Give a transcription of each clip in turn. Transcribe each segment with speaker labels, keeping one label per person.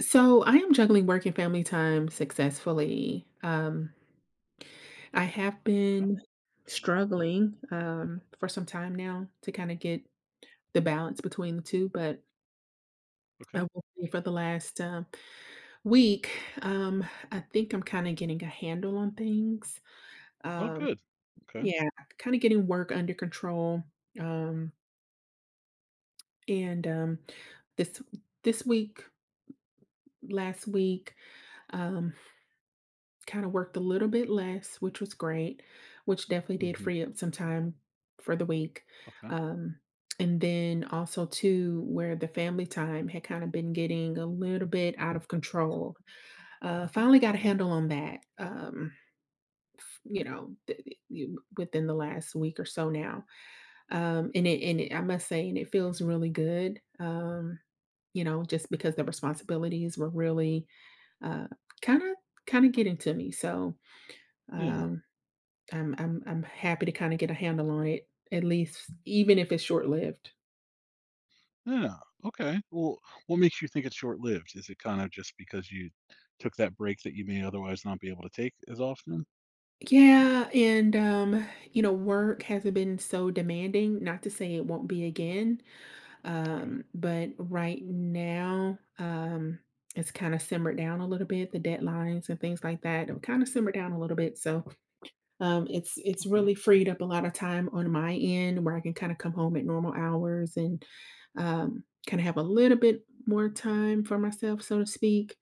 Speaker 1: So I am juggling work and family time successfully. I have
Speaker 2: Okay,
Speaker 1: been struggling for some time now to kind of get the balance between the two, but I
Speaker 2: okay.
Speaker 1: will say for the last week. um, I think I'm kind of getting a handle on things.
Speaker 2: Oh,
Speaker 1: Um,
Speaker 2: good. Okay.
Speaker 1: yeah, kind of getting work under control. Um, and this this week, last week. um, Kinda worked a little bit less, which was great, which definitely did
Speaker 2: Mhm.
Speaker 1: free up some time for the week.
Speaker 2: Okay,
Speaker 1: Um, and then also too, where the family time had kind of been getting a little bit out of control. Finally got a
Speaker 2: okay.
Speaker 1: handle on that. Within the last week or so now. And it, I must say, and it feels really good. Just because the responsibilities were really, uh, kind of, kind of getting to me. So,
Speaker 2: Yeah,
Speaker 1: um, I'm happy to kinda get a handle on it, at least even if it's short-lived.
Speaker 2: yeah, okay. Well, what makes you think it's short-lived? Is it kind of just because you took that break that you may otherwise not be able to take as often?
Speaker 1: Yeah, work hasn't been so demanding, not to say it won't be again,
Speaker 2: Okay,
Speaker 1: but right now, it's kinda simmered down a little bit, the deadlines and things like that have kinda simmered down a little bit. It's
Speaker 2: okay,
Speaker 1: really freed up a lot of time on my end where I can kinda come home at normal hours and, kinda have a little bit more time for myself, so to speak.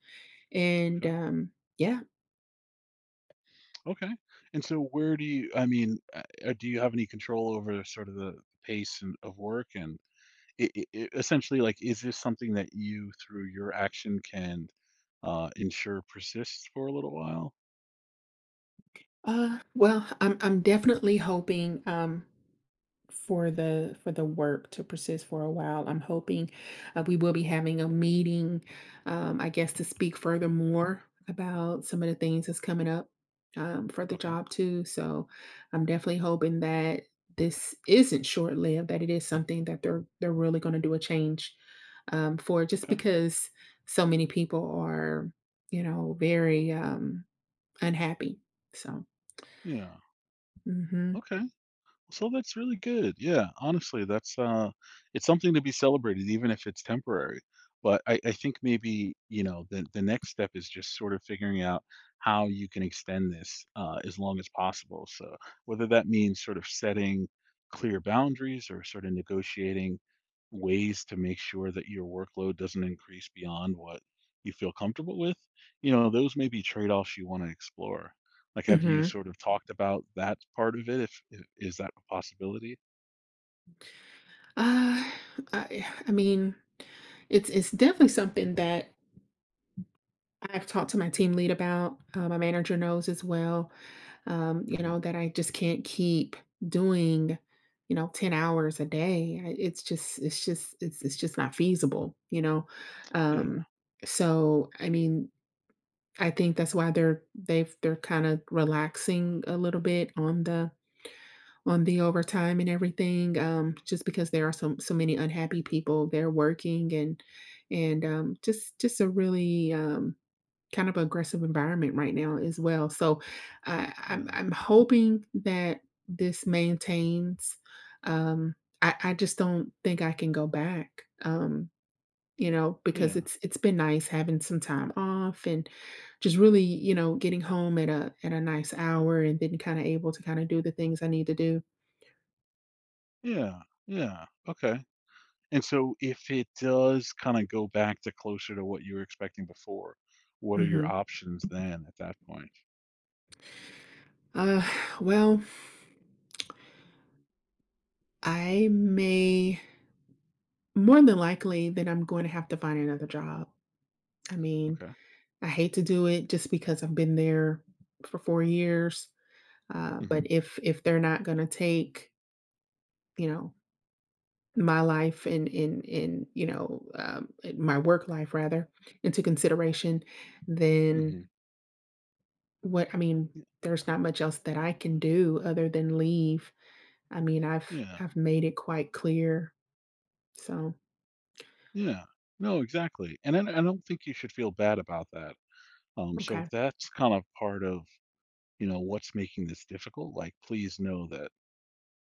Speaker 1: And,
Speaker 2: okay,
Speaker 1: um, yeah,
Speaker 2: okay. And so where do you do you have any control over sort of the pace and of work and I essentially, like, is this something that you, through your action, can, ensure persists for a little while?
Speaker 1: well, I'm definitely hoping, for the work to persist for a while. I'm hoping, we will be having a meeting, I guess, to speak furthermore about some of the things that's coming up, for the
Speaker 2: Okay,
Speaker 1: job too. So I'm definitely hoping that this isn't short-lived, that it is something that they're really gonna do a change, for just
Speaker 2: okay.
Speaker 1: because so many people are, very, unhappy. so
Speaker 2: Yeah,
Speaker 1: mhm,
Speaker 2: okay. So that's really good. Yeah, honestly, that's it's something to be celebrated even if it's temporary. But I think maybe, you know, the next step is just sort of figuring out how you can extend this as long as possible. So whether that means sort of setting clear boundaries or sort of negotiating ways to make sure that your workload doesn't increase beyond what you feel comfortable with, you know, those may be trade-offs you want to explore. Like, have you
Speaker 1: mhm.
Speaker 2: sort of talked about that part of it? If I Is that a possibility?
Speaker 1: Uh, I I mean, it's definitely something that I've talked to my team lead about. My manager knows as well, you
Speaker 2: Mhm.
Speaker 1: know, that I just can't keep doing, you know, 10 hours a day. I It's just not feasible, you know?
Speaker 2: Yeah,
Speaker 1: Um, I mean, I think that's why they're kinda relaxing a little bit on the overtime and everything, just because there are so many unhappy people there working and just a really kind of aggressive environment right now as well. So I, I'm
Speaker 2: yeah,
Speaker 1: I'm hoping that this maintains. Um, I just don't think I can go back. Because
Speaker 2: yeah,
Speaker 1: it's been nice having some time off and just really, you know, getting home at a nice hour and then kind of able to kind of do the things I need to do.
Speaker 2: yeah, yeah, okay. And so if it does kinda go back to closer to what you were expecting before, what are your
Speaker 1: hmm
Speaker 2: options then at that point?
Speaker 1: Uh, well, I may more than likely that I'm going to have to find another job. I mean,
Speaker 2: Okay.
Speaker 1: I hate to do it just because I've been there for 4 years. But
Speaker 2: Mhm,
Speaker 1: if they're not going to take, you know, my life and in you know my work life rather into consideration, then
Speaker 2: mhm.
Speaker 1: what? I mean, there's not much else that I can do other than leave. I mean, I've
Speaker 2: Yeah,
Speaker 1: I've made it quite clear. So
Speaker 2: yeah. No, exactly. And then I don't think you should feel bad about that. So
Speaker 1: okay.
Speaker 2: if that's kind of part of, you know, what's making this difficult, like, please know that,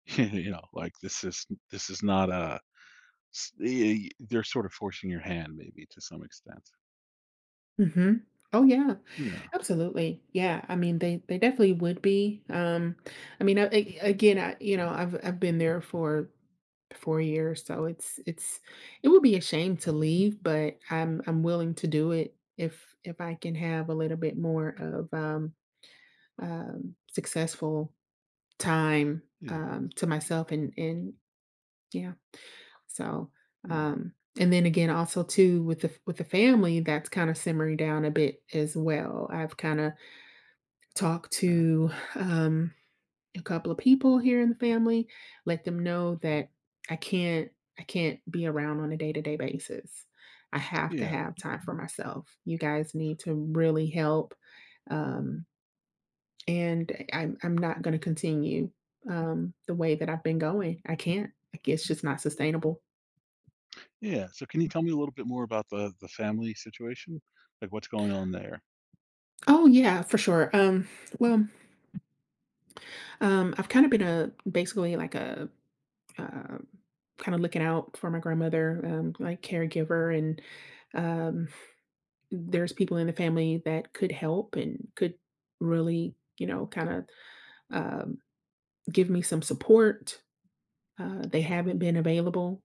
Speaker 2: you know, like, this is not a S they're sort of forcing your hand maybe to some extent.
Speaker 1: Mhm. Oh, yeah,
Speaker 2: Yeah.
Speaker 1: absolutely. Yeah, I mean, they definitely would be. I mean, I- again, I You know, I've been there for 4 years, so it would be a shame to
Speaker 2: Mm.
Speaker 1: leave, but I'm willing to do it if I can have a little bit more of successful time
Speaker 2: Yeah.
Speaker 1: to myself and yeah. So,
Speaker 2: Oh,
Speaker 1: um and then again also too with the family that's kind of simmering down a bit as well. I've kind of talk
Speaker 2: okay.
Speaker 1: to um, a couple of people here in the family, let them know
Speaker 2: Mm.
Speaker 1: that I can't I can't be around on a day-to-day basis. I have to
Speaker 2: Yeah.
Speaker 1: have time for myself. You guys need to really help. Um, and I'm not going to continue the way that I've been going. I can't. Like, it's just not sustainable.
Speaker 2: Yeah. So can you tell me a little bit more about the family situation? Like, what's going on there?
Speaker 1: Oh yeah, for sure. Well, I've kind of been a basically like a um, kind of looking out for my grandmother, like caregiver, and um, there's people in the family that could help and could really, you know, kind of um, give me some support. They
Speaker 2: Sure.
Speaker 1: haven't been available,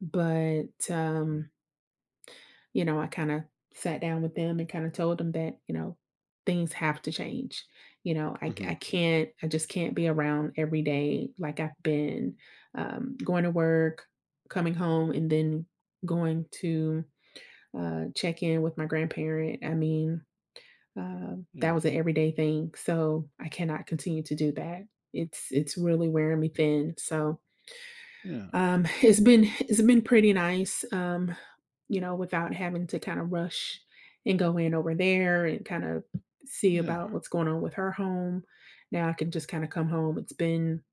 Speaker 1: but
Speaker 2: Okay.
Speaker 1: you know, I kinda sat down with them and kinda told them that, you know, things have to change. You know,
Speaker 2: Mhm.
Speaker 1: I just can't be around every day like I've been, going to work, coming home, and then going to, check in with my grandparent. I mean, that
Speaker 2: Yeah.
Speaker 1: was an everyday thing, so I cannot continue to do that. It's really wearing me thin. So,
Speaker 2: Yeah.
Speaker 1: um, it's been pretty nice, you know, without having to kind of rush and go in over there and kind of see
Speaker 2: Yeah.
Speaker 1: about what's going on with her home. Now I can just kind of come home. It's been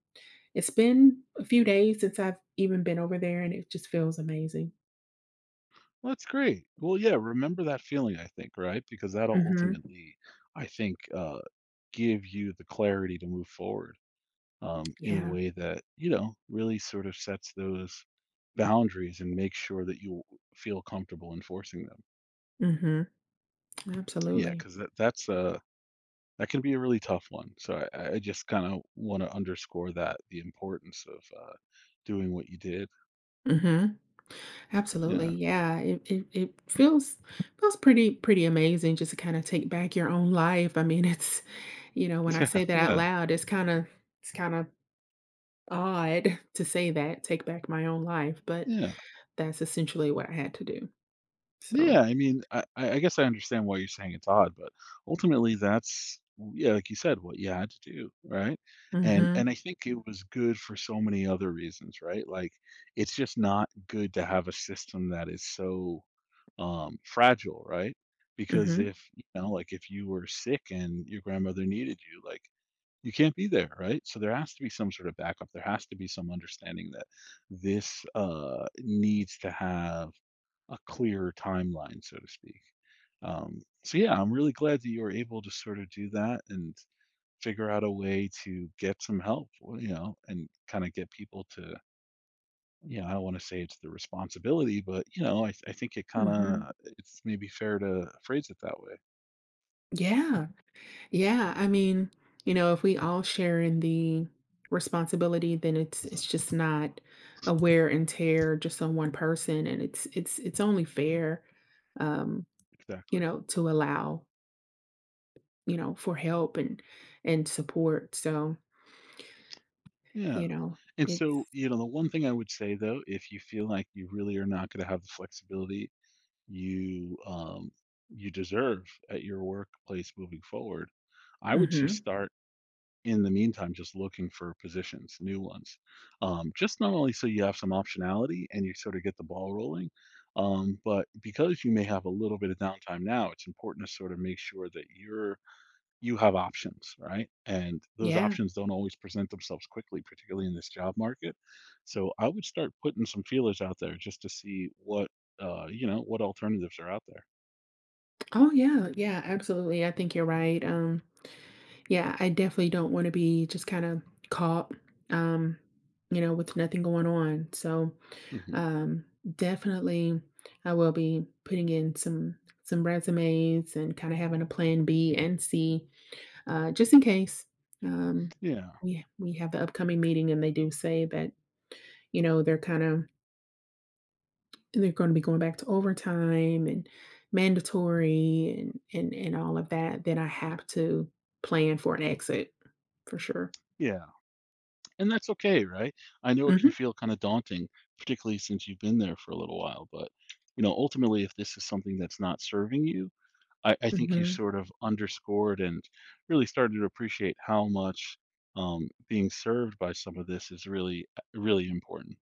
Speaker 1: it's been a few days since I've even been over there and it just feels amazing.
Speaker 2: Well, that's great. Well, yeah, remember that feeling, I think, right? Because that'll
Speaker 1: Mhm.
Speaker 2: ultimately, I think, give you the clarity to move forward, in a
Speaker 1: Yeah.
Speaker 2: way that you know really sort of sets those boundaries and makes sure that you feel comfortable enforcing them.
Speaker 1: Mhm.
Speaker 2: Yeah,
Speaker 1: Absolutely.
Speaker 2: because that's that can be a really tough one. So I just kind of want to underscore that the importance of doing what you did.
Speaker 1: Mhm. Absolutely.
Speaker 2: Yeah,
Speaker 1: Yeah. It feels pretty amazing just to kind of take back your own life. I mean, it's You know, when I
Speaker 2: yeah,
Speaker 1: say that out
Speaker 2: yeah,
Speaker 1: loud, it's kind of it's kind of odd to say that, take back my own life, but
Speaker 2: yeah.
Speaker 1: that's essentially what I had to do. So
Speaker 2: Yeah, I mean, I guess I understand why you're saying it's odd, but ultimately that's yeah, like you said, what you had to do, right?
Speaker 1: mhm,
Speaker 2: And I think it was good for so many other reasons, right? Like, it's just not good to have a system that is so, fragile, right? Because
Speaker 1: mhm,
Speaker 2: if, you know, like, if you were sick and your grandmother needed you, like you can't be there, right? So there has to be some sort of backup. There has to be some understanding that this needs to have a clear timeline, so to speak. So yeah, I'm really glad that you were able to sort of do that and figure out a way to get some help, you know, and kind of get people to, you know, I don't want to say it's the responsibility, but you know, I think it kind
Speaker 1: mhm.
Speaker 2: of it's maybe fair to phrase it that way.
Speaker 1: Yeah, yeah, I mean, you know, if we all share in the responsibility, then it's just not a wear and tear just on one person, and it's only fair, um, you
Speaker 2: Exactly.
Speaker 1: know, to allow, you know, for help and support. So,
Speaker 2: Yeah.
Speaker 1: you know,
Speaker 2: And so,
Speaker 1: it's
Speaker 2: you know, the one thing I would say though, if you feel like you really are not going to have the flexibility you you deserve at your workplace moving forward, I would just
Speaker 1: mhm.
Speaker 2: start in the meantime just looking for positions, new ones. Um, just not only so you have some optionality and you sort of get the ball rolling, um, but because you may have a little bit of downtime now, it's important to sort of make sure that you have options, right? And those
Speaker 1: Yeah.
Speaker 2: options don't always present themselves quickly, particularly in this job market. So I would start putting some feelers out there just to see what you know, what alternatives are out there.
Speaker 1: Oh yeah, yeah, absolutely. I think you're right. Yeah, I definitely don't want to be just kind of caught, um, with nothing going on. So,
Speaker 2: Hmm.
Speaker 1: um, definitely, I will be putting in some resumes and kind of having a plan B and C, just in case um,
Speaker 2: Yeah.
Speaker 1: we have the upcoming meeting and they do say that you know they're kind of they're gonna be going back to overtime and mandatory and all of that, then I have to plan for an exit for sure.
Speaker 2: Yeah. And that's okay, right? I know it can
Speaker 1: Mhm,
Speaker 2: feel kind of daunting, particularly since you've been there for a little while, but you know, ultimately if this is something that's not serving you, I think you
Speaker 1: mhm.
Speaker 2: sort of underscored and really started to appreciate how much being served by some of this is really, really important.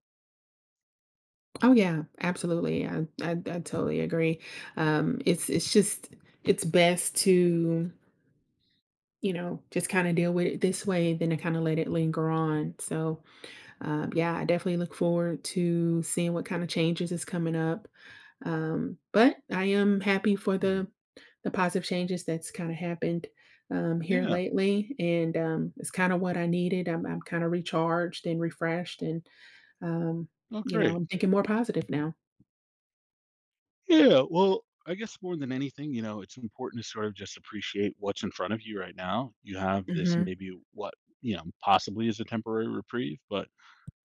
Speaker 1: Oh, yeah, absolutely. I totally agree. It's just it's best to, you know, just kinda deal with it this way than to kinda let it linger on. Yeah, I definitely look forward to seeing what kind of changes is coming up. But I am happy for
Speaker 2: Yeah.
Speaker 1: the positive changes that's kind of happened, here
Speaker 2: Yeah.
Speaker 1: lately, and it's kind of what I needed. I'm kind of recharged and refreshed, and um,
Speaker 2: Oh, great.
Speaker 1: I'm thinking more positive now.
Speaker 2: Yeah. Well, I guess more than anything, you know, it's important to sort of just appreciate what's in front of you right now. You have this
Speaker 1: hmm
Speaker 2: maybe what, you know, possibly is a temporary reprieve, but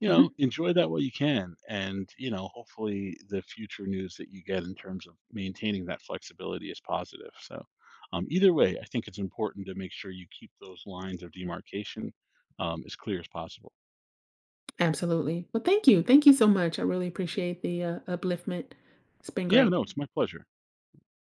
Speaker 2: you know,
Speaker 1: hmm
Speaker 2: enjoy that while you can. And, you know, hopefully the future news that you get in terms of maintaining that flexibility is positive. So, either way, I think it's important to make sure you keep those lines of demarcation as clear as possible.
Speaker 1: Absolutely. Well, thank you. Thank you so much. I really appreciate the upliftment. It's been
Speaker 2: Yeah,
Speaker 1: great.
Speaker 2: no, it's my pleasure.